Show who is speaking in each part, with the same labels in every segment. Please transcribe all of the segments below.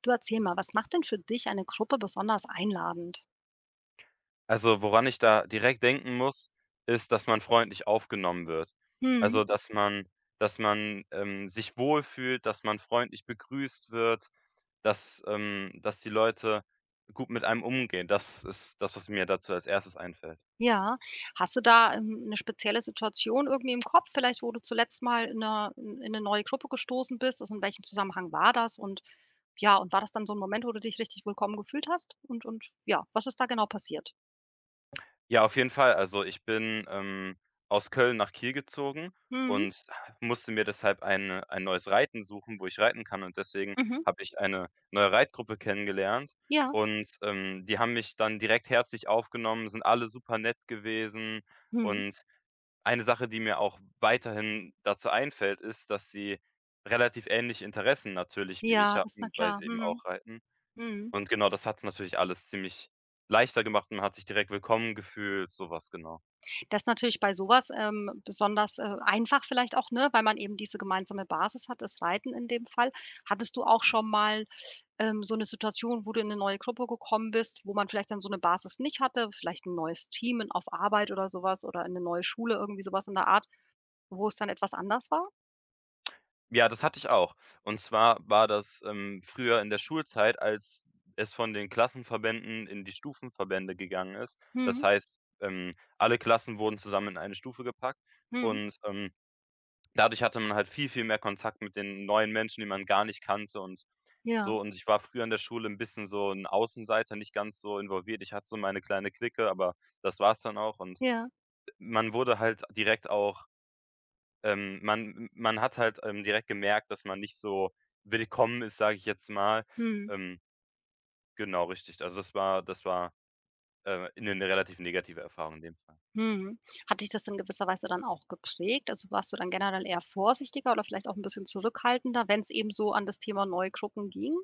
Speaker 1: Du erzähl mal, was macht denn für dich eine Gruppe besonders einladend?
Speaker 2: Also, woran ich da direkt denken muss, ist, dass man freundlich aufgenommen wird.
Speaker 1: Mhm.
Speaker 2: Also, dass man, sich wohlfühlt, dass man freundlich begrüßt wird, dass die Leute gut mit einem umgehen. Das ist das, was mir dazu als erstes einfällt.
Speaker 1: Ja. Hast du da, 'ne spezielle Situation irgendwie im Kopf vielleicht, wo du zuletzt mal in eine in 'ne neue Gruppe gestoßen bist? Also, in welchem Zusammenhang war das? Und ja, und war das dann so 'n Moment, wo du dich richtig willkommen gefühlt hast? Und ja, was ist da genau passiert?
Speaker 2: Ja, auf jeden Fall. Also, ich bin aus Köln nach Kiel gezogen
Speaker 1: Mhm.
Speaker 2: und musste mir deshalb ein neues Reiten suchen, wo ich reiten kann, und deswegen
Speaker 1: Mhm.
Speaker 2: habe ich eine neue Reitgruppe kennengelernt,
Speaker 1: Ja.
Speaker 2: und, die haben mich dann direkt herzlich aufgenommen, sind alle super nett gewesen.
Speaker 1: Mhm.
Speaker 2: Und eine Sache, die mir auch weiterhin dazu einfällt, ist, dass sie relativ ähnliche Interessen natürlich wie ich
Speaker 1: Ja, das na
Speaker 2: hatten, weil
Speaker 1: klar.
Speaker 2: sie eben
Speaker 1: Mhm.
Speaker 2: auch reiten.
Speaker 1: Mhm.
Speaker 2: Und genau, das hat es natürlich alles ziemlich leichter gemacht und man hat sich direkt willkommen gefühlt, sowas genau.
Speaker 1: Das ist natürlich bei sowas besonders, einfach vielleicht auch, ne, weil man eben diese gemeinsame Basis hat, das Reiten in dem Fall. Hattest du auch
Speaker 2: Mhm.
Speaker 1: schon mal, so 'ne Situation, wo du in 'ne neue Gruppe gekommen bist, wo man vielleicht dann so 'ne Basis nicht hatte, vielleicht 'n neues Team in auf Arbeit oder sowas oder in 'ne neue Schule, irgendwie sowas in der Art, wo es dann etwas anders war?
Speaker 2: Ja, das hatte ich auch. Und zwar war das früher in der Schulzeit, als es von den Klassenverbänden in die Stufenverbände gegangen ist. Das
Speaker 1: Mhm,
Speaker 2: heißt, ähm, alle Klassen wurden zusammen in eine Stufe gepackt,
Speaker 1: mhm.
Speaker 2: und, dadurch hatte man halt viel, viel mehr Kontakt mit den neuen Menschen, die man gar nicht kannte und
Speaker 1: Ja,
Speaker 2: so. Und ich war früher in der Schule ein bisschen so ein Außenseiter, nicht ganz so involviert. Ich hatte so meine kleine Clique, aber das war's dann auch. Und
Speaker 1: ja.
Speaker 2: man wurde halt direkt auch, man hat halt, direkt gemerkt, dass man nicht so willkommen ist, sage ich jetzt mal.
Speaker 1: Mhm,
Speaker 2: Ähm, genau, richtig. Also, das war 'ne relativ negative Erfahrung in dem Fall.
Speaker 1: mhm. Hat dich das in gewisser Weise dann auch geprägt? Also, warst du dann generell eher vorsichtiger oder vielleicht auch 'n bisschen zurückhaltender, wenn's eben so an das Thema neue Gruppen ging?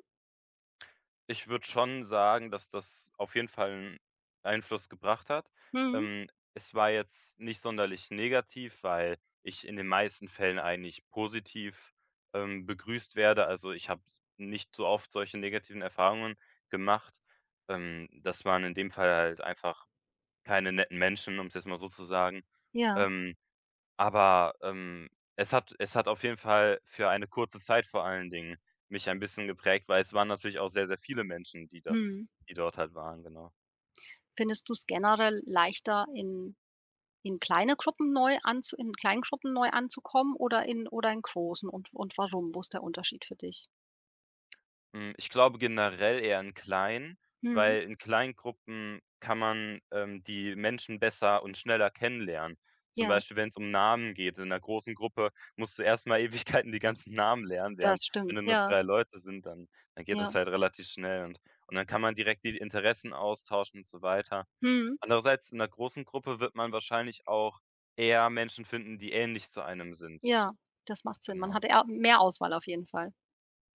Speaker 2: Ich würde schon sagen, dass das auf jeden Fall 'n Einfluss gebracht hat.
Speaker 1: Mhm.
Speaker 2: Es war jetzt nicht sonderlich negativ, weil ich in den meisten Fällen eigentlich positiv, begrüßt werde. Also, ich habe nicht so oft solche negativen Erfahrungen gemacht. Das waren in dem Fall halt einfach keine netten Menschen, um's jetzt mal so zu sagen.
Speaker 1: Ja.
Speaker 2: Ähm aber es hat auf jeden Fall für eine kurze Zeit vor allen Dingen mich ein bisschen geprägt, weil es waren natürlich auch sehr, sehr viele Menschen,
Speaker 1: Mhm.
Speaker 2: die dort halt waren, genau.
Speaker 1: Findest du es generell leichter, in kleinen Gruppen neu anzukommen oder in großen und warum? Wo ist der Unterschied für dich?
Speaker 2: Ich glaube generell eher in kleinen,
Speaker 1: Mhm.
Speaker 2: weil in kleinen Gruppen kann man, die Menschen besser und schneller kennenlernen. Zum
Speaker 1: Ja,
Speaker 2: Beispiel, wenn es um Namen geht. In einer großen Gruppe musst du erst mal Ewigkeiten die ganzen Namen lernen,
Speaker 1: das
Speaker 2: während, wenn
Speaker 1: stimmt.
Speaker 2: du nur
Speaker 1: Ja,
Speaker 2: 3 Leute sind, dann geht
Speaker 1: ja.
Speaker 2: das halt relativ schnell, und dann kann man direkt die Interessen austauschen und so weiter.
Speaker 1: Mhm.
Speaker 2: Andererseits in 'ner großen Gruppe wird man wahrscheinlich auch eher Menschen finden, die ähnlich zu einem sind.
Speaker 1: Ja, das macht Sinn. Man
Speaker 2: Genau.
Speaker 1: hat eher mehr Auswahl auf jeden Fall.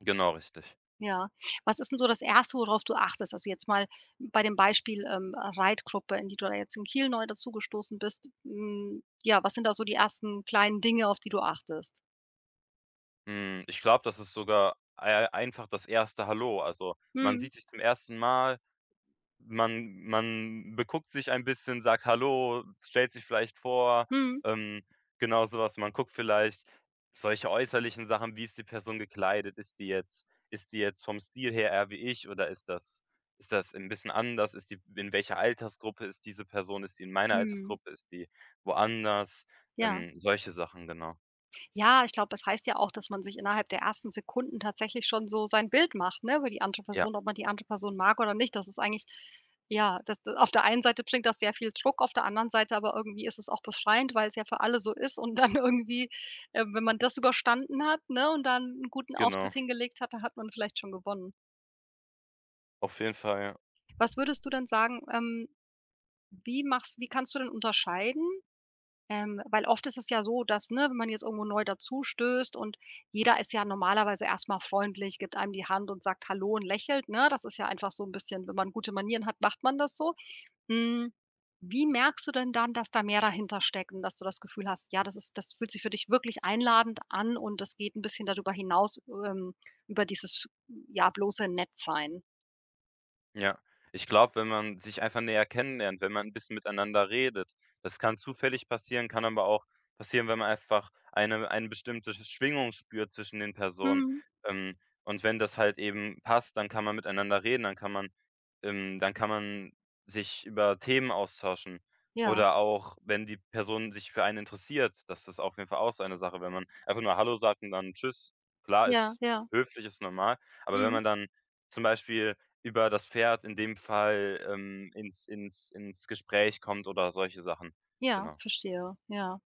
Speaker 2: Genau, richtig.
Speaker 1: Ja. Was ist denn so das Erste, worauf du achtest? Also, jetzt mal bei dem Beispiel, Reitgruppe, in die du da jetzt in Kiel neu dazugestoßen bist. Ja, was sind da so die ersten kleinen Dinge, auf die du achtest?
Speaker 2: Ich glaube, das ist sogar ei einfach das erste Hallo. Also, man
Speaker 1: Mhm.
Speaker 2: sieht sich zum ersten Mal. Man beguckt sich ein bisschen, sagt „Hallo", stellt sich vielleicht vor,
Speaker 1: Mhm.
Speaker 2: ähm, genau sowas. Man guckt vielleicht solche äußerlichen Sachen, wie ist die Person gekleidet? Ist die jetzt vom Stil her eher wie ich, oder ist das ein bisschen anders? Ist die In welcher Altersgruppe ist diese Person? Ist die in meiner
Speaker 1: Mhm.
Speaker 2: Altersgruppe? Ist die woanders?
Speaker 1: Ja.
Speaker 2: Solche Sachen, genau.
Speaker 1: Ja, ich glaube, es heißt ja auch, dass man sich innerhalb der ersten Sekunden tatsächlich schon so sein Bild macht, ne, über die andere
Speaker 2: Ja,
Speaker 1: Person, ob man die andere Person mag oder nicht. Das ist eigentlich ja, das d auf der einen Seite bringt das sehr viel Druck, auf der anderen Seite aber irgendwie ist es auch befreiend, weil es ja für alle so ist und dann irgendwie, wenn man das überstanden hat, ne, und dann einen guten Auftritt
Speaker 2: genau,
Speaker 1: hingelegt hat, da hat man vielleicht schon gewonnen.
Speaker 2: auf jeden Fall, ja.
Speaker 1: Was würdest du denn sagen, wie kannst du denn unterscheiden, weil oft ist es ja so, dass, ne, wenn man jetzt irgendwo neu dazustößt und jeder ist ja normalerweise erstmal freundlich, gibt einem die Hand und sagt „Hallo" und lächelt, ne? Das ist ja einfach so ein bisschen wenn man gute Manieren hat, macht man das so. Hm, wie merkst du denn dann, dass da mehr dahinter steckt und dass du das Gefühl hast, ja, das fühlt sich für dich wirklich einladend an und das geht ein bisschen darüber hinaus, ähm, über dieses, ja, bloße Nettsein?
Speaker 2: Ja, ich glaube, wenn man sich einfach näher kennenlernt, wenn man ein bisschen miteinander redet. Das kann zufällig passieren, kann aber auch passieren, wenn man einfach eine bestimmte Schwingung spürt zwischen den Personen.
Speaker 1: Mhm.
Speaker 2: Ähm, und wenn das halt eben passt, dann kann man miteinander reden, dann kann man sich über Themen austauschen.
Speaker 1: Ja,
Speaker 2: Oder auch, wenn die Person sich für einen interessiert, das ist auf jeden Fall auch so eine Sache, wenn man einfach nur hallo sagt und dann tschüss. Klar,
Speaker 1: ja,
Speaker 2: ist
Speaker 1: ja.
Speaker 2: höflich, ist normal, aber wenn
Speaker 1: Mhm.
Speaker 2: man dann zum Beispiel über das Pferd in dem Fall, ins Gespräch kommt oder solche Sachen.
Speaker 1: Ja,
Speaker 2: Genau.
Speaker 1: verstehe, ja.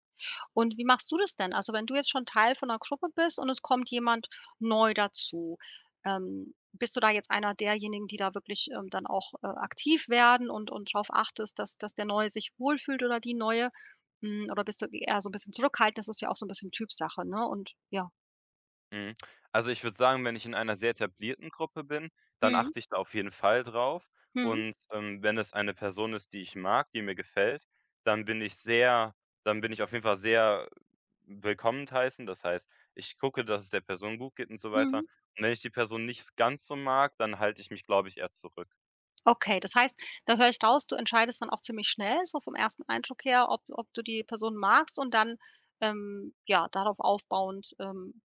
Speaker 1: Und wie machst du das denn? Also, wenn du jetzt schon Teil von 'ner Gruppe bist und es kommt jemand neu dazu, bist du da jetzt einer derjenigen, die da wirklich, dann auch, aktiv werden und drauf achtest, dass der Neue sich wohlfühlt oder die Neue? Oder bist du eher so 'n bisschen zurückhaltend? Das ist ja auch so 'n bisschen Typsache, ne? Und ja.
Speaker 2: Mhm. Also, ich würde sagen, wenn ich in einer sehr etablierten Gruppe bin, dann
Speaker 1: Mhm.
Speaker 2: achte ich da auf jeden Fall drauf.
Speaker 1: Mhm.
Speaker 2: Und, wenn es eine Person ist, die ich mag, die mir gefällt, dann bin ich sehr dann bin ich auf jeden Fall sehr willkommen heißen. Das heißt, ich gucke, dass es der Person gut geht und so weiter.
Speaker 1: Mhm.
Speaker 2: Und wenn ich die Person nicht ganz so mag, dann halte ich mich, glaube ich, eher zurück.
Speaker 1: Okay, das heißt, da höre ich raus, du entscheidest dann auch ziemlich schnell, so vom ersten Eindruck her, ob du die Person magst und dann, ja, darauf aufbauend,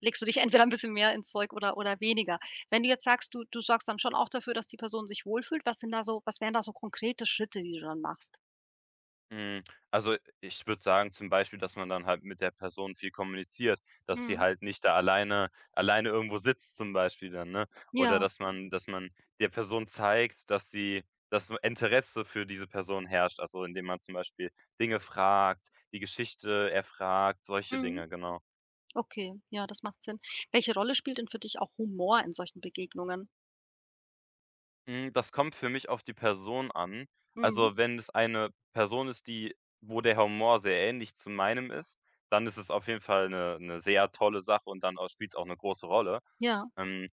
Speaker 1: legst du dich entweder ein bisschen mehr ins Zeug oder weniger. Wenn du jetzt sagst, du sorgst dann schon auch dafür, dass die Person sich wohlfühlt, was wären da so konkrete Schritte, die du dann machst?
Speaker 2: Hm, also, ich würde sagen zum Beispiel, dass man dann halt mit der Person viel kommuniziert, dass sie
Speaker 1: Mhm.
Speaker 2: halt nicht da alleine alleine irgendwo sitzt zum Beispiel dann, ne? Oder
Speaker 1: Ja.
Speaker 2: dass man der Person zeigt, dass so Interesse für diese Person herrscht, also indem man zum Beispiel Dinge fragt, die Geschichte erfragt, solche
Speaker 1: Mhm.
Speaker 2: Dinge, genau.
Speaker 1: Okay. Ja, das macht Sinn. Welche Rolle spielt denn für dich auch Humor in solchen Begegnungen?
Speaker 2: Das kommt für mich auf die Person an.
Speaker 1: Mhm.
Speaker 2: Also, wenn es eine Person ist, die wo der Humor sehr ähnlich zu meinem ist, dann ist es auf jeden Fall eine 'ne sehr tolle Sache und dann spielt es auch eine große Rolle.
Speaker 1: Ja.
Speaker 2: Ähm,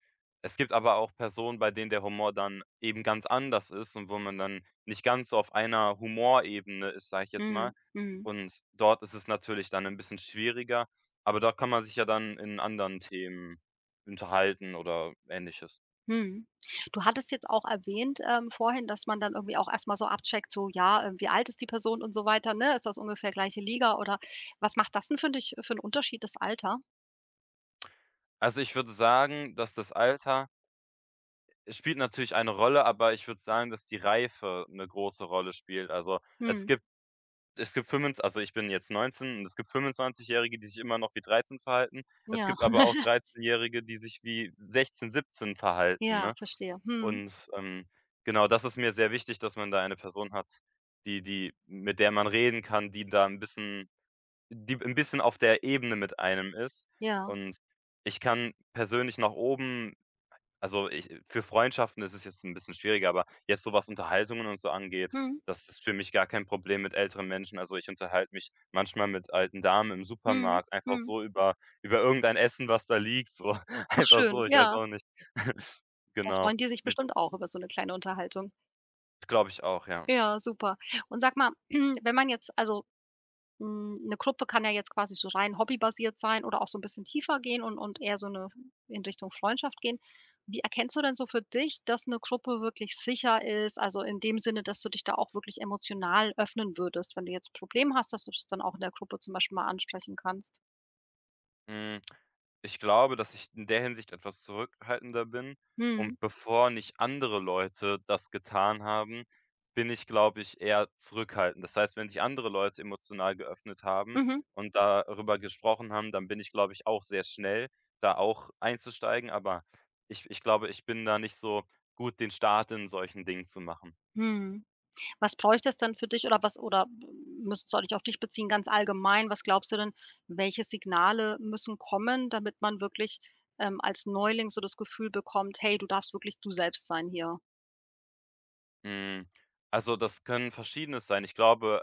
Speaker 2: es gibt aber auch Personen, bei denen der Humor dann eben ganz anders ist und wo man dann nicht ganz so auf einer Humorebene ist, sage ich jetzt mal.
Speaker 1: Mhm. Mhm.
Speaker 2: Und dort ist es natürlich dann ein bisschen schwieriger, aber dort kann man sich ja dann in anderen Themen unterhalten oder Ähnliches.
Speaker 1: Mhm. Du hattest jetzt auch erwähnt, vorhin, dass man dann irgendwie auch erstmal so abcheckt, so, ja, wie alt ist die Person und so weiter, ne? Ist das ungefähr gleiche Liga oder was macht das denn für dich für einen Unterschied, das Alter?
Speaker 2: Also, ich würde sagen, dass das Alter es spielt natürlich eine Rolle, aber ich würde sagen, dass die Reife 'ne große Rolle spielt. Also, es
Speaker 1: Mhm.
Speaker 2: gibt es gibt fünfundzw also, ich bin jetzt 19, und es gibt 25-Jährige, die sich immer noch wie 13 verhalten. Es
Speaker 1: Ja.
Speaker 2: gibt aber auch 13-Jährige, die sich wie 16, 17 verhalten,
Speaker 1: Ja,
Speaker 2: ne?
Speaker 1: verstehe. Mhm.
Speaker 2: Und, genau, das ist mir sehr wichtig, dass man da eine Person hat, die, mit der man reden kann, die da 'n bisschen auf der Ebene mit einem ist.
Speaker 1: Ja.
Speaker 2: Und ich kann persönlich nach oben also, ich für Freundschaften ist es jetzt ein bisschen schwieriger, aber jetzt so, was Unterhaltungen und so angeht,
Speaker 1: Mhm.
Speaker 2: das ist für mich gar kein Problem mit älteren Menschen. Also, ich unterhalte mich manchmal mit alten Damen im
Speaker 1: Mhm.
Speaker 2: Supermarkt einfach
Speaker 1: Mhm.
Speaker 2: so über irgendein Essen, was da liegt, so
Speaker 1: Ach
Speaker 2: einfach
Speaker 1: schön.
Speaker 2: so, ich weiß
Speaker 1: Ja,
Speaker 2: auch nicht.
Speaker 1: da
Speaker 2: Genau,
Speaker 1: freuen die sich bestimmt auch über so 'ne kleine Unterhaltung.
Speaker 2: glaube ich auch, ja.
Speaker 1: Ja, super. Und sag mal, wenn man jetzt also, 'ne Gruppe kann ja jetzt quasi so rein hobbybasiert sein oder auch so 'n bisschen tiefer gehen und eher so 'ne in Richtung Freundschaft gehen. Wie erkennst du denn so für dich, dass 'ne Gruppe wirklich sicher ist? Also, in dem Sinne, dass du dich da auch wirklich emotional öffnen würdest, wenn du jetzt 'n Problem hast, dass du das dann auch in der Gruppe zum Beispiel mal ansprechen kannst?
Speaker 2: Hm. Ich glaube, dass ich in der Hinsicht etwas zurückhaltender bin,
Speaker 1: Mhm.
Speaker 2: und bevor nicht andere Leute das getan haben, bin ich, glaube ich, eher zurückhaltend. Das heißt, wenn sich andere Leute emotional geöffnet haben
Speaker 1: Mhm.
Speaker 2: und darüber gesprochen haben, dann bin ich, glaube ich, auch sehr schnell, da auch einzusteigen, aber ich glaube, ich bin da nicht so gut, den Start in solchen Dingen zu machen.
Speaker 1: Mhm. Was bräuchte es denn für dich oder was oder müsst soll ich auf dich beziehen, ganz allgemein, was glaubst du denn, welche Signale müssen kommen, damit man wirklich, als Neuling so das Gefühl bekommt: „Hey, du darfst wirklich du selbst sein hier."
Speaker 2: Hm, also, das können Verschiedenes sein. Ich glaube,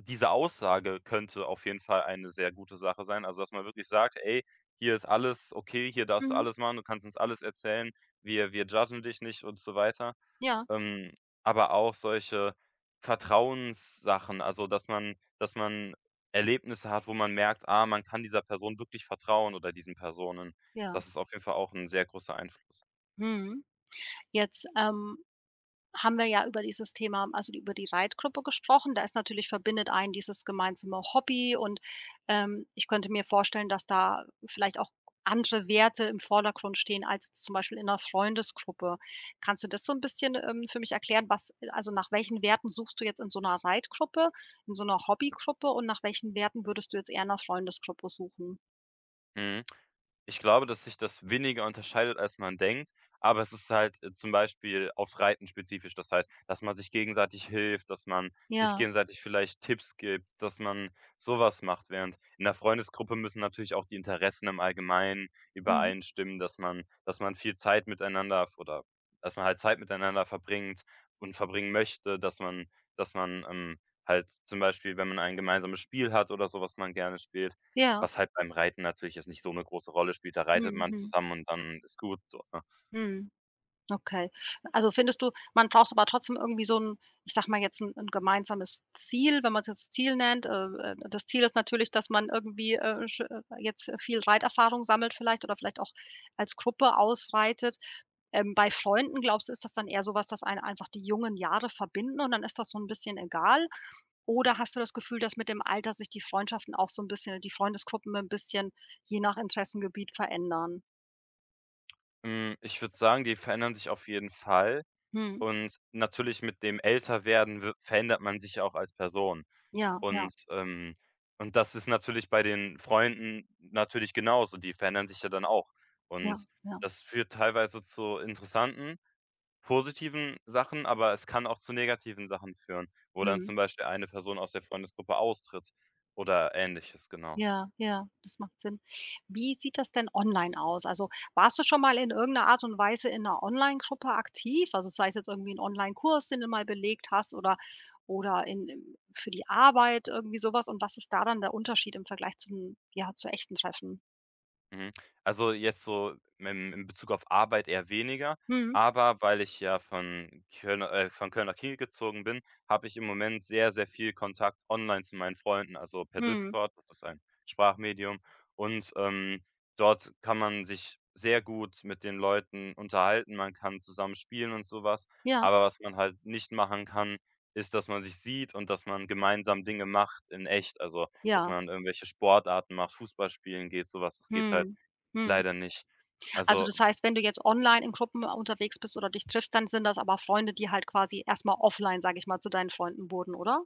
Speaker 2: diese Aussage könnte auf jeden Fall eine sehr gute Sache sein. Also, dass man wirklich sagt: „Ey, hier ist alles okay, hier darfst du
Speaker 1: Mhm.
Speaker 2: alles machen, du kannst uns alles erzählen, wir judgen dich nicht" und so weiter.
Speaker 1: Ja.
Speaker 2: Ähm, aber auch solche Vertrauenssachen, also, dass man Erlebnisse hat, wo man merkt: „Ah, man kann dieser Person wirklich vertrauen oder diesen Personen."
Speaker 1: Ja.
Speaker 2: Das ist auf jeden Fall auch ein sehr großer Einfluss.
Speaker 1: Mhm. Jetzt, haben wir ja über dieses Thema also, über die Reitgruppe gesprochen. Da ist natürlich verbindet ein dieses gemeinsame Hobby und, ich könnte mir vorstellen, dass da vielleicht auch andere Werte im Vordergrund stehen als zum Beispiel in 'ner Freundesgruppe. Kannst du das so ein bisschen, für mich erklären, was also, nach welchen Werten suchst du jetzt in so einer Reitgruppe, in so einer Hobbygruppe und nach welchen Werten würdest du jetzt eher in 'ner Freundesgruppe suchen?
Speaker 2: Mhm. Ich glaube, dass sich das weniger unterscheidet, als man denkt, aber es ist halt, zum Beispiel aufs Reiten spezifisch. Das heißt, dass man sich gegenseitig hilft, dass man sich
Speaker 1: Ja.
Speaker 2: gegenseitig vielleicht Tipps gibt, dass man sowas macht, während in der Freundesgruppe müssen natürlich auch die Interessen im Allgemeinen
Speaker 1: Mhm.
Speaker 2: übereinstimmen, dass man viel Zeit miteinander f oder dass man halt Zeit miteinander verbringt und verbringen möchte, dass man dass man, ähm, halt zum Beispiel, wenn man ein gemeinsames Spiel hat oder so, was man gerne spielt,
Speaker 1: Ja.
Speaker 2: was halt beim Reiten natürlich jetzt nicht so 'ne große Rolle spielt. Da reitet
Speaker 1: Mhm.
Speaker 2: man
Speaker 1: Mhm.
Speaker 2: zusammen und dann ist gut so, ne?
Speaker 1: Mhm. Okay. Also, findest du, man braucht aber trotzdem irgendwie so ein, ich sage mal jetzt ein 'n gemeinsames Ziel, wenn man's jetzt Ziel nennt. Das Ziel ist natürlich, dass man irgendwie, sch jetzt viel Reiterfahrung sammelt vielleicht oder vielleicht auch als Gruppe ausreitet. Bei Freunden, glaubst du, ist das dann eher so was, dass einen einfach die jungen Jahre verbinden und dann ist das so ein bisschen egal? Oder hast du das Gefühl, dass mit dem Alter sich die Freundschaften auch so ein bisschen die Freundesgruppen ein bisschen je nach Interessengebiet verändern?
Speaker 2: Ich würde sagen, die verändern sich auf jeden Fall,
Speaker 1: Mhm.
Speaker 2: und natürlich mit dem Älterwerden wi verändert man sich ja auch als Person,
Speaker 1: Ja, ja,
Speaker 2: und, das ist natürlich bei den Freunden natürlich genauso. Die verändern sich ja dann auch,
Speaker 1: ja,
Speaker 2: und
Speaker 1: ja.
Speaker 2: das führt teilweise zu interessanten, positiven Sachen, aber es kann auch zu negativen Sachen führen, wo dann
Speaker 1: Mhm.
Speaker 2: zum Beispiel eine Person aus der Freundesgruppe austritt oder Ähnliches, genau.
Speaker 1: Ja, ja, das macht Sinn. Wie sieht das denn online aus? Also, warst du schon mal in irgendeiner Art und Weise in einer Online-Gruppe aktiv? Also, sei es jetzt irgendwie ein Online-Kurs, den du mal belegt hast oder in im für die Arbeit, irgendwie sowas? Und was ist da dann der Unterschied im Vergleich zu echten Treffen?
Speaker 2: Mhm. Also, jetzt so im in Bezug auf Arbeit eher weniger,
Speaker 1: Mhm,
Speaker 2: aber weil ich ja von Köln nach Kiel gezogen bin, habe ich im Moment sehr, sehr viel Kontakt online zu meinen Freunden, also per
Speaker 1: mhm.
Speaker 2: Discord, das ist ein Sprachmedium. Und, dort kann man sich sehr gut mit den Leuten unterhalten, man kann zusammen spielen und sowas.
Speaker 1: Ja,
Speaker 2: Aber was man halt nicht machen kann, ist, dass man sich sieht und dass man gemeinsam Dinge macht in echt. Also, dass
Speaker 1: ja.
Speaker 2: man irgendwelche Sportarten macht, Fußball spielen geht, sowas. Das geht halt
Speaker 1: Mhm, mhm.
Speaker 2: leider nicht.
Speaker 1: Also,
Speaker 2: Also,
Speaker 1: das heißt, wenn du jetzt online in Gruppen unterwegs bist oder dich triffst, dann sind das aber Freunde, die halt quasi erstmal offline, sage ich mal, zu deinen Freunden wurden, oder?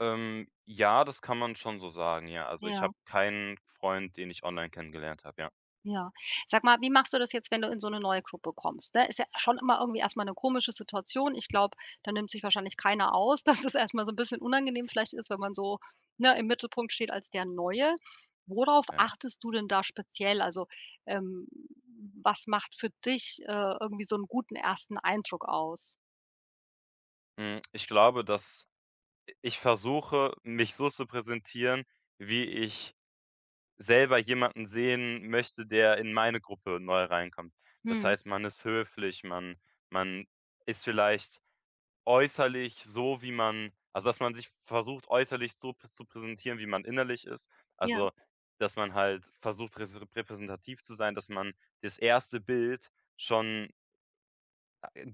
Speaker 2: ja, das kann man schon so sagen, ja. Also, ich
Speaker 1: Ja.
Speaker 2: habe keinen Freund, den ich online kennengelernt habe, ja,
Speaker 1: Ja. Sag mal, wie machst du das jetzt, wenn du in so 'ne neue Gruppe kommst, ne? Ist ja schon immer irgendwie erst mal 'ne komische Situation. Ich glaube, da nimmt sich wahrscheinlich keiner aus, dass es erst mal so 'n bisschen unangenehm vielleicht ist, wenn man so, ne, im Mittelpunkt steht als der Neue. Worauf
Speaker 2: ja.
Speaker 1: achtest du denn da speziell? Also, ähm, was macht für dich, irgendwie so 'n guten ersten Eindruck aus?
Speaker 2: Ich glaube, dass ich versuche, mich so zu präsentieren, wie ich selber jemanden sehen möchte, der in meine Gruppe neu reinkommt. Das
Speaker 1: Mhm.
Speaker 2: heißt, man ist höflich, man ist vielleicht äußerlich so, wie man, also, dass man sich versucht, äußerlich so p zu präsentieren, wie man innerlich ist.
Speaker 1: Ja,
Speaker 2: Also, dass man halt versucht, res repräsentativ zu sein, dass man das erste Bild schon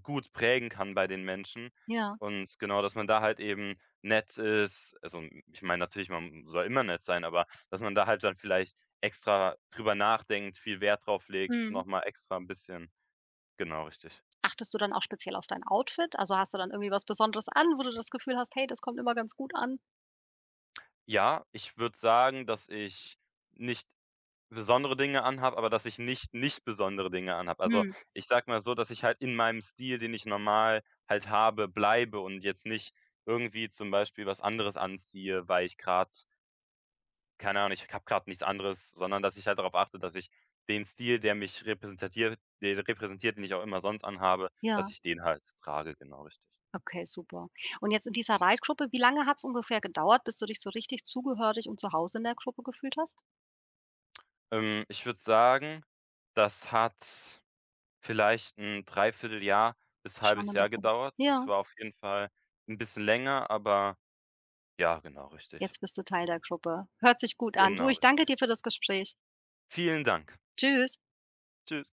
Speaker 2: gut prägen kann bei den Menschen.
Speaker 1: ja.
Speaker 2: Und genau, dass man da halt eben nett ist. Also, ich meine natürlich, man soll immer nett sein, aber dass man da halt dann vielleicht extra drüber nachdenkt, viel Wert drauf legt,
Speaker 1: Mhm.
Speaker 2: noch mal extra ein bisschen, genau, richtig.
Speaker 1: Achtest du dann auch speziell auf dein Outfit? Also, hast du dann irgendwie was Besonderes an, wo du das Gefühl hast: „Hey, das kommt immer ganz gut an?"
Speaker 2: Ja, ich würde sagen, dass ich nicht besondere Dinge anhabe, aber dass ich nicht, nicht besondere Dinge anhabe. Also,
Speaker 1: Mhm.
Speaker 2: ich sage mal so, dass ich halt in meinem Stil, den ich normal halt habe, bleibe und jetzt nicht irgendwie zum Beispiel was anderes anziehe, weil ich grad keine Ahnung, ich habe grad nichts anderes, sondern dass ich halt darauf achte, dass ich den Stil, der mich repräsentatiert der repräsentiert, den ich auch immer sonst anhabe,
Speaker 1: Ja.
Speaker 2: dass ich den halt trage, genau, richtig.
Speaker 1: Okay, super. Und jetzt in dieser Reitgruppe, wie lange hat es ungefähr gedauert, bis du dich so richtig zugehörig und zu Hause in der Gruppe gefühlt hast?
Speaker 2: Ich würde sagen, das hat vielleicht 'n Dreivierteljahr bis
Speaker 1: Schon
Speaker 2: halbes
Speaker 1: ein
Speaker 2: Jahr
Speaker 1: bisschen.
Speaker 2: gedauert. Das
Speaker 1: Ja,
Speaker 2: war auf jeden Fall 'n bisschen länger, aber ja, genau richtig.
Speaker 1: jetzt bist du Teil der Gruppe. Hört sich gut an. Du,
Speaker 2: Genau
Speaker 1: ich danke
Speaker 2: richtig.
Speaker 1: dir für das Gespräch.
Speaker 2: Vielen Dank.
Speaker 1: Tschüss.
Speaker 2: Tschüss.